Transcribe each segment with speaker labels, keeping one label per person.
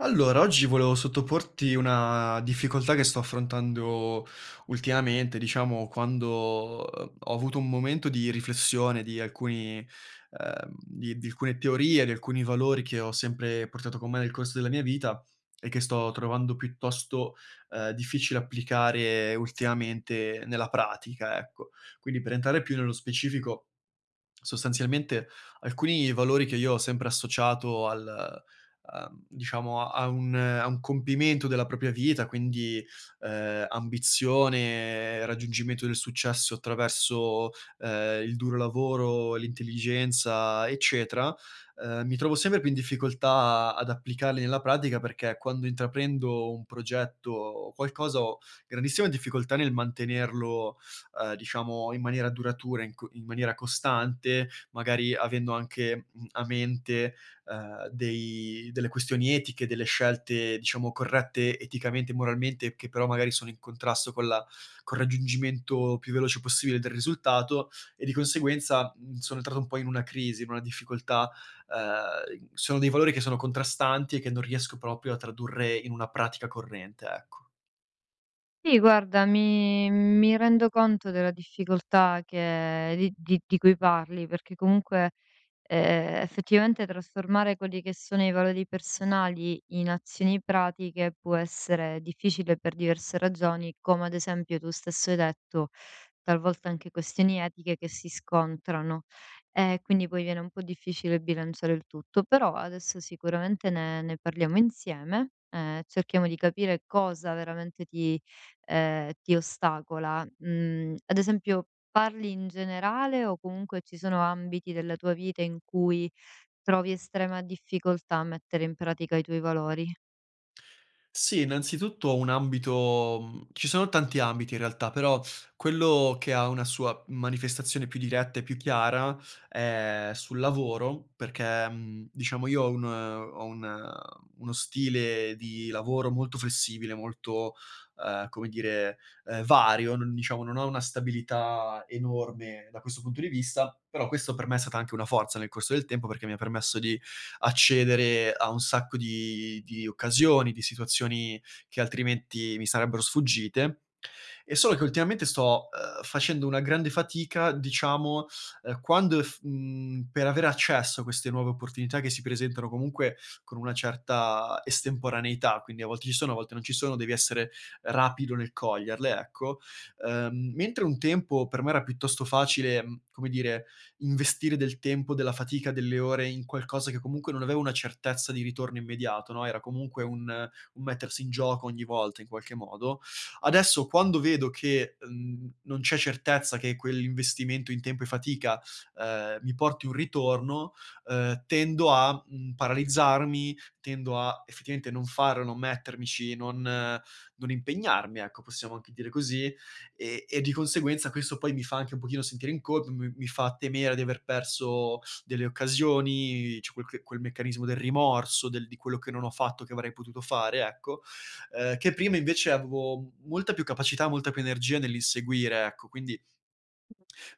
Speaker 1: Allora, oggi volevo sottoporti una difficoltà che sto affrontando ultimamente, diciamo, quando ho avuto un momento di riflessione di alcuni, di alcune teorie, di alcuni valori che ho sempre portato con me nel corso della mia vita e che sto trovando piuttosto, difficile applicare ultimamente nella pratica, ecco. Quindi per entrare più nello specifico, sostanzialmente alcuni valori che io ho sempre associato al diciamo a un compimento della propria vita, quindi, ambizione, raggiungimento del successo attraverso, il duro lavoro, l'intelligenza, eccetera, mi trovo sempre più in difficoltà ad applicarli nella pratica perché quando intraprendo un progetto o qualcosa ho grandissime difficoltà nel mantenerlo, diciamo in maniera duratura, in maniera costante, magari avendo anche, a mente, dei delle questioni etiche, delle scelte diciamo corrette eticamente e moralmente, che però magari sono in contrasto con la col raggiungimento più veloce possibile del risultato e di conseguenza, sono entrato un po' in una crisi, in una difficoltà, sono dei valori che sono contrastanti e che non riesco proprio a tradurre in una pratica corrente, ecco.
Speaker 2: Sì, guarda, mi rendo conto della difficoltà che di cui parli, perché comunque, effettivamente trasformare quelli che sono i valori personali in azioni pratiche può essere difficile per diverse ragioni, come ad esempio tu stesso hai detto, talvolta anche questioni etiche che si scontrano, e quindi poi viene un po' difficile bilanciare il tutto. Però adesso sicuramente ne parliamo insieme, cerchiamo di capire cosa veramente ti ostacola. Mhmm, ad esempio, parli in generale o comunque ci sono ambiti della tua vita in cui trovi estrema difficoltà a mettere in pratica i tuoi valori?
Speaker 1: Sì, innanzitutto un ambito, ci sono tanti ambiti in realtà, però quello che ha una sua manifestazione più diretta e più chiara è sul lavoro, perché, diciamo io ho un uno stile di lavoro molto flessibile, molto, come dire, vario, non diciamo non ho una stabilità enorme da questo punto di vista, però questo per me è stata anche una forza nel corso del tempo, perché mi ha permesso di accedere a un sacco di occasioni, di situazioni che altrimenti mi sarebbero sfuggite. È solo che ultimamente sto, facendo una grande fatica, diciamo, quando f per avere accesso a queste nuove opportunità che si presentano comunque con una certa estemporaneità, quindi a volte ci sono, a volte non ci sono, devi essere rapido nel coglierle, ecco. Mentre un tempo per me era piuttosto facile, come dire, investire del tempo, della fatica, delle ore in qualcosa che comunque non aveva una certezza di ritorno immediato, no, era comunque un mettersi in gioco ogni volta in qualche modo. Adesso quando vedo che, non c'è certezza che quell'investimento in tempo e fatica, mi porti un ritorno, tendo a, paralizzarmi, tendo a effettivamente non farlo, non mettermici, non non impegnarmi, ecco, possiamo anche dire così. E, e di conseguenza questo poi mi fa anche un pochino sentire in colpa, mi fa temere di aver perso delle occasioni, c'è quel, quel meccanismo del rimorso, di quello che non ho fatto, che avrei potuto fare, ecco, che prima invece avevo molta più capacità, molta più energia nell'inseguire, ecco, quindi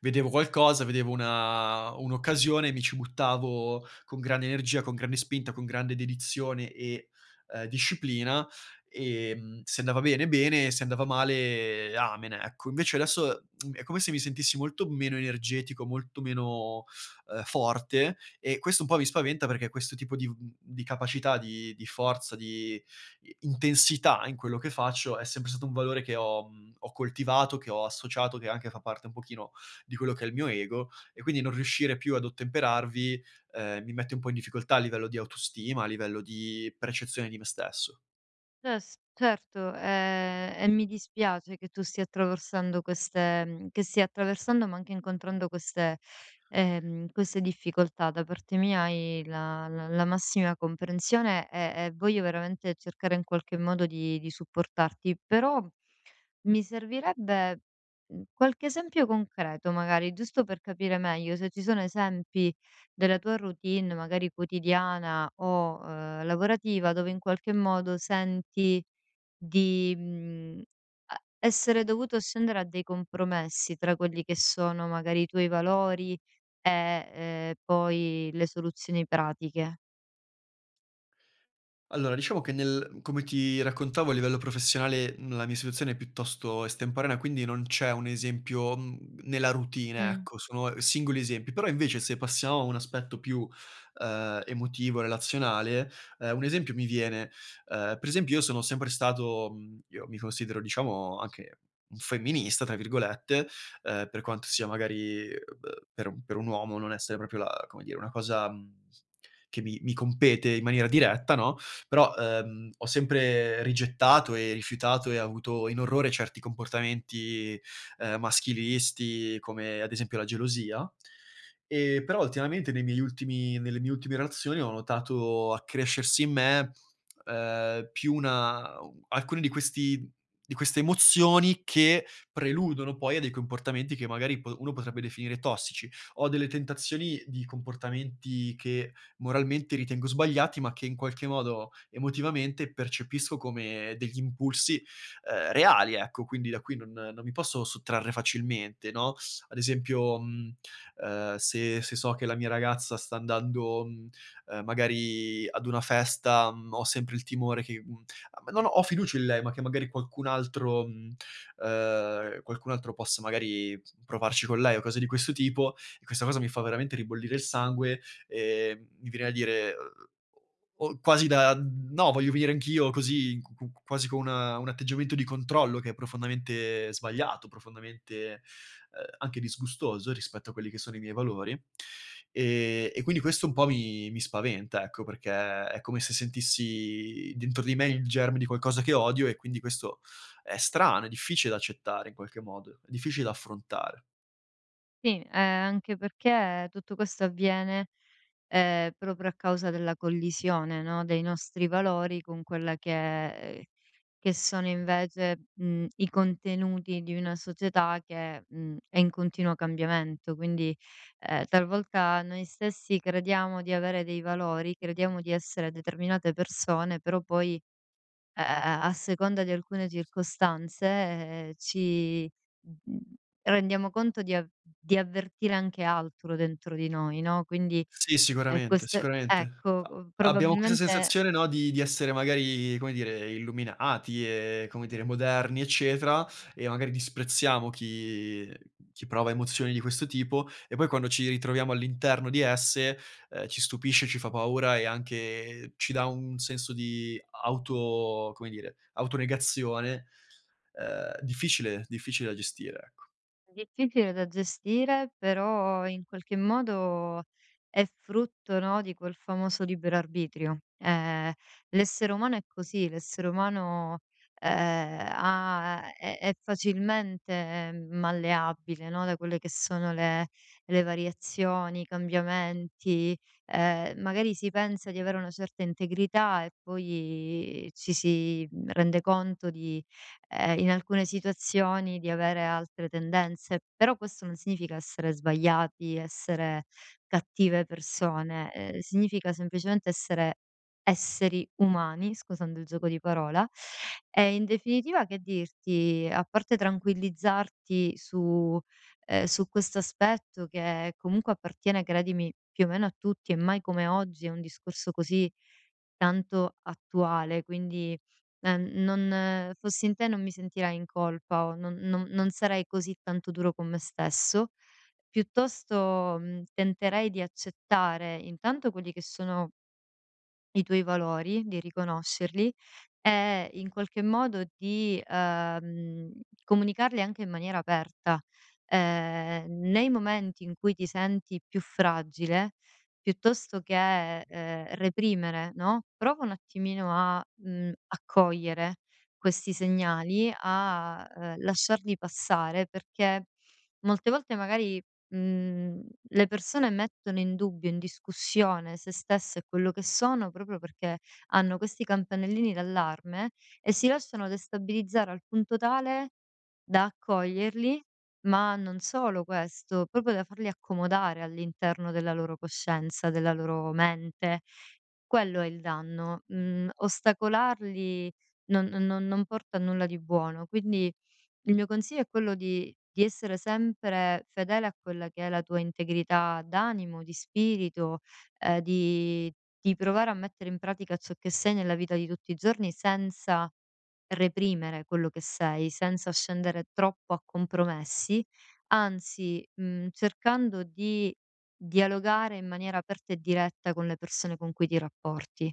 Speaker 1: vedevo qualcosa, vedevo una un'occasione, mi ci buttavo con grande energia, con grande spinta, con grande dedizione e, disciplina, se andava bene, bene, se andava male, amen, ecco. Invece adesso, è come se mi sentissi molto meno energetico, molto meno, forte, e questo un po' mi spaventa perché questo tipo di capacità, di forza, di i intensità in quello che faccio, è sempre stato un valore che ho, ho coltivato, che ho associato, che anche fa parte un pochino di quello che è il mio ego, e quindi non riuscire più ad ottemperarvi, mi mette un po' in difficoltà a livello di autostima, a livello di percezione di me stesso.
Speaker 2: Ces Certo, e mi dispiace che tu stia attraversando che stia attraversando, ma anche incontrando queste difficoltà. Da parte mia hai la massima comprensione e voglio veramente cercare in qualche modo di supportarti, però mi servirebbe, qualche esempio concreto magari, giusto per capire meglio se ci sono esempi della tua routine, magari quotidiana o, lavorativa, dove in qualche modo senti di, mhmm, a essere dovuto scendere a dei compromessi tra quelli che sono magari i tuoi valori e poi le soluzioni pratiche.
Speaker 1: Allora, diciamo che nel come ti raccontavo a livello professionale, la mia situazione è piuttosto estemporanea, quindi non c'è un esempio, nella routine,
Speaker 2: Mh.
Speaker 1: ecco, sono singoli esempi. Però invece se passiamo a un aspetto più, emotivo, relazionale, un esempio mi viene. Per esempio io sono sempre stato, io mi considero diciamo anche un "femminista" tra virgolette, per quanto sia magari, per un uomo non essere proprio la, come dire, una cosa, che mi compete in maniera diretta, no, però, ho sempre rigettato e rifiutato e avuto in orrore certi comportamenti, maschilisti, come ad esempio la gelosia. Però ultimamente nei miei ultimi nelle mie ultime relazioni ho notato accrescersi in me, più una alcuni di queste emozioni che preludono poi a dei comportamenti che magari po uno potrebbe definire tossici. Ho delle tentazioni di comportamenti che moralmente ritengo sbagliati, ma che in qualche modo emotivamente percepisco come degli impulsi, reali, ecco, quindi da qui non mi posso sottrarre facilmente, no, ad esempio, se so che la mia ragazza sta andando, magari ad una festa, ho sempre il timore che, mhmm ma no, no, ho fiducia in lei, ma che magari qualcun altro, qualcun altro possa magari provarci con lei o cose di questo tipo, e questa cosa mi fa veramente ribollire il sangue, mi viene da dire, o quasi da, no, voglio venire anch'io, così, cu cu quasi con una un atteggiamento di controllo che è profondamente sbagliato, profondamente, anche disgustoso rispetto a quelli che sono i miei valori. E quindi questo un po' mi spaventa, ecco, perché è come se sentissi dentro di me il germe di qualcosa che odio, e quindi questo è strano, è difficile da accettare in qualche modo, è difficile da affrontare.
Speaker 2: Sì, anche perché tutto questo avviene, proprio a causa della collisione, no, dei nostri valori con quella che è che sono invece, i contenuti di una società che, è in continuo cambiamento. Quindi, talvolta noi stessi crediamo di avere dei valori, crediamo di essere determinate persone, però poi ehm, a seconda di alcune circostanze, ci mhmm, rendiamo conto di avvertire anche altro dentro di noi, no, quindi,
Speaker 1: Sì, sicuramente,
Speaker 2: queste
Speaker 1: sicuramente.
Speaker 2: ecco,
Speaker 1: A Abbiamo questa
Speaker 2: probabilmente
Speaker 1: sensazione, no, di essere magari, come dire, illuminati e, come dire, moderni, eccetera, e magari disprezziamo chi prova emozioni di questo tipo, e poi quando ci ritroviamo all'interno di esse, ci stupisce, ci fa paura e anche ci dà un senso di auto, come dire, autonegazione, difficile da gestire, ecco.
Speaker 2: difficile da gestire, però in qualche modo è frutto, no, di quel famoso libero arbitrio. L'essere umano è così, l'essere umano, ha è facilmente malleabile, no, da quelle che sono le variazioni, i cambiamenti. Magari si pensa di avere una certa integrità e poi ci si, rende conto di, in alcune situazioni, di avere altre tendenze, però questo non significa essere sbagliati, essere cattive persone, significa semplicemente essere esseri umani, scusando il gioco di parola, e in definitiva che dirti, a parte tranquillizzarti su su questo aspetto che comunque appartiene, credimi, più o meno a tutti, e mai come oggi è un discorso così tanto attuale, quindi non fossi in te non mi sentirei in colpa o non sarei così tanto duro con me stesso. Piuttosto, tenterei di accettare intanto quelli che sono i tuoi valori, di riconoscerli e in qualche modo di comunicarli anche in maniera aperta. Nei momenti in cui ti senti più fragile, piuttosto che reprimere, no, prova un attimino a accogliere questi segnali, a lasciarli passare perché molte volte magari mhmm, le persone mettono in dubbio, in discussione se stesse e quello che sono, proprio perché hanno questi campanellini d'allarme e si lasciano destabilizzare al punto tale da accoglierli, ma non solo questo, proprio da farli accomodare all'interno della loro coscienza, della loro mente. Quello è il danno. Mhmm, ostacolarli non porta a nulla di buono, quindi il mio consiglio è quello di essere sempre fedele a quella che è la tua integrità d'animo, di spirito, ehm, di di provare a mettere in pratica ciò che sei nella vita di tutti i giorni senza reprimere quello che sei, senza scendere troppo a compromessi, anzi, cercando di dialogare in maniera aperta e diretta con le persone con cui ti rapporti.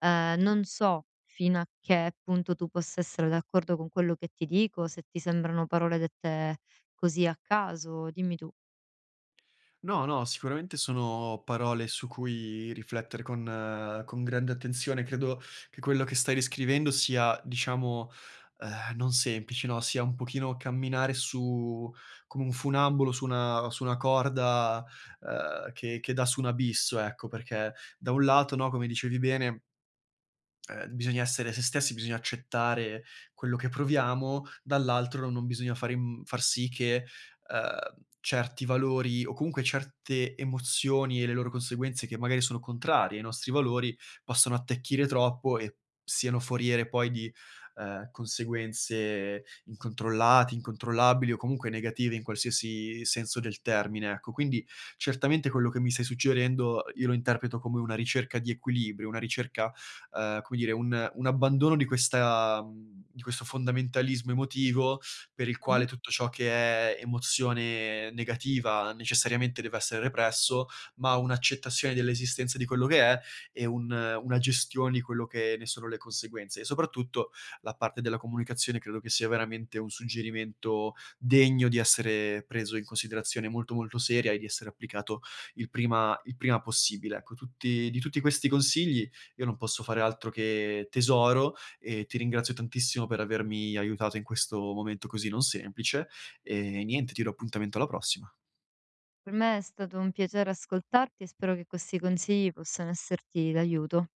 Speaker 2: Non so fino a che punto tu possa essere d'accordo con quello che ti dico, se ti sembrano parole dette così a caso, dimmi tu.
Speaker 1: No, no, sicuramente sono parole su cui riflettere con, con grande attenzione. Credo che quello che stai descrivendo sia, diciamo, non semplice, no, sia un pochino camminare su come un funambolo su una corda, che dà su un abisso, ecco, perché da un lato, no, come dicevi bene, bisogna essere se stessi, bisogna accettare quello che proviamo, dall'altro non bisogna fare in far sì che, certi valori o comunque certe emozioni e le loro conseguenze, che magari sono contrarie ai nostri valori, possano attecchire troppo e siano foriere poi di, conseguenze incontrollate, incontrollabili o comunque negative in qualsiasi senso del termine, ecco. Quindi certamente quello che mi stai suggerendo io lo interpreto come una ricerca di equilibrio, una ricerca, come dire, un abbandono di questa, di questo fondamentalismo emotivo per il quale
Speaker 2: Mh-mh.
Speaker 1: tutto ciò che è emozione negativa necessariamente deve essere represso, ma un'accettazione dell'esistenza di quello che è e un una gestione di quello che ne sono le conseguenze. E soprattutto la parte della comunicazione credo che sia veramente un suggerimento degno di essere preso in considerazione molto, molto seria e di essere applicato il prima possibile. Ecco, tutti questi consigli io non posso fare altro che tesoro, e ti ringrazio tantissimo per avermi aiutato in questo momento così non semplice, e niente, ti do appuntamento alla prossima.
Speaker 2: Per me è stato un piacere ascoltarti e spero che questi consigli possano esserti d'aiuto.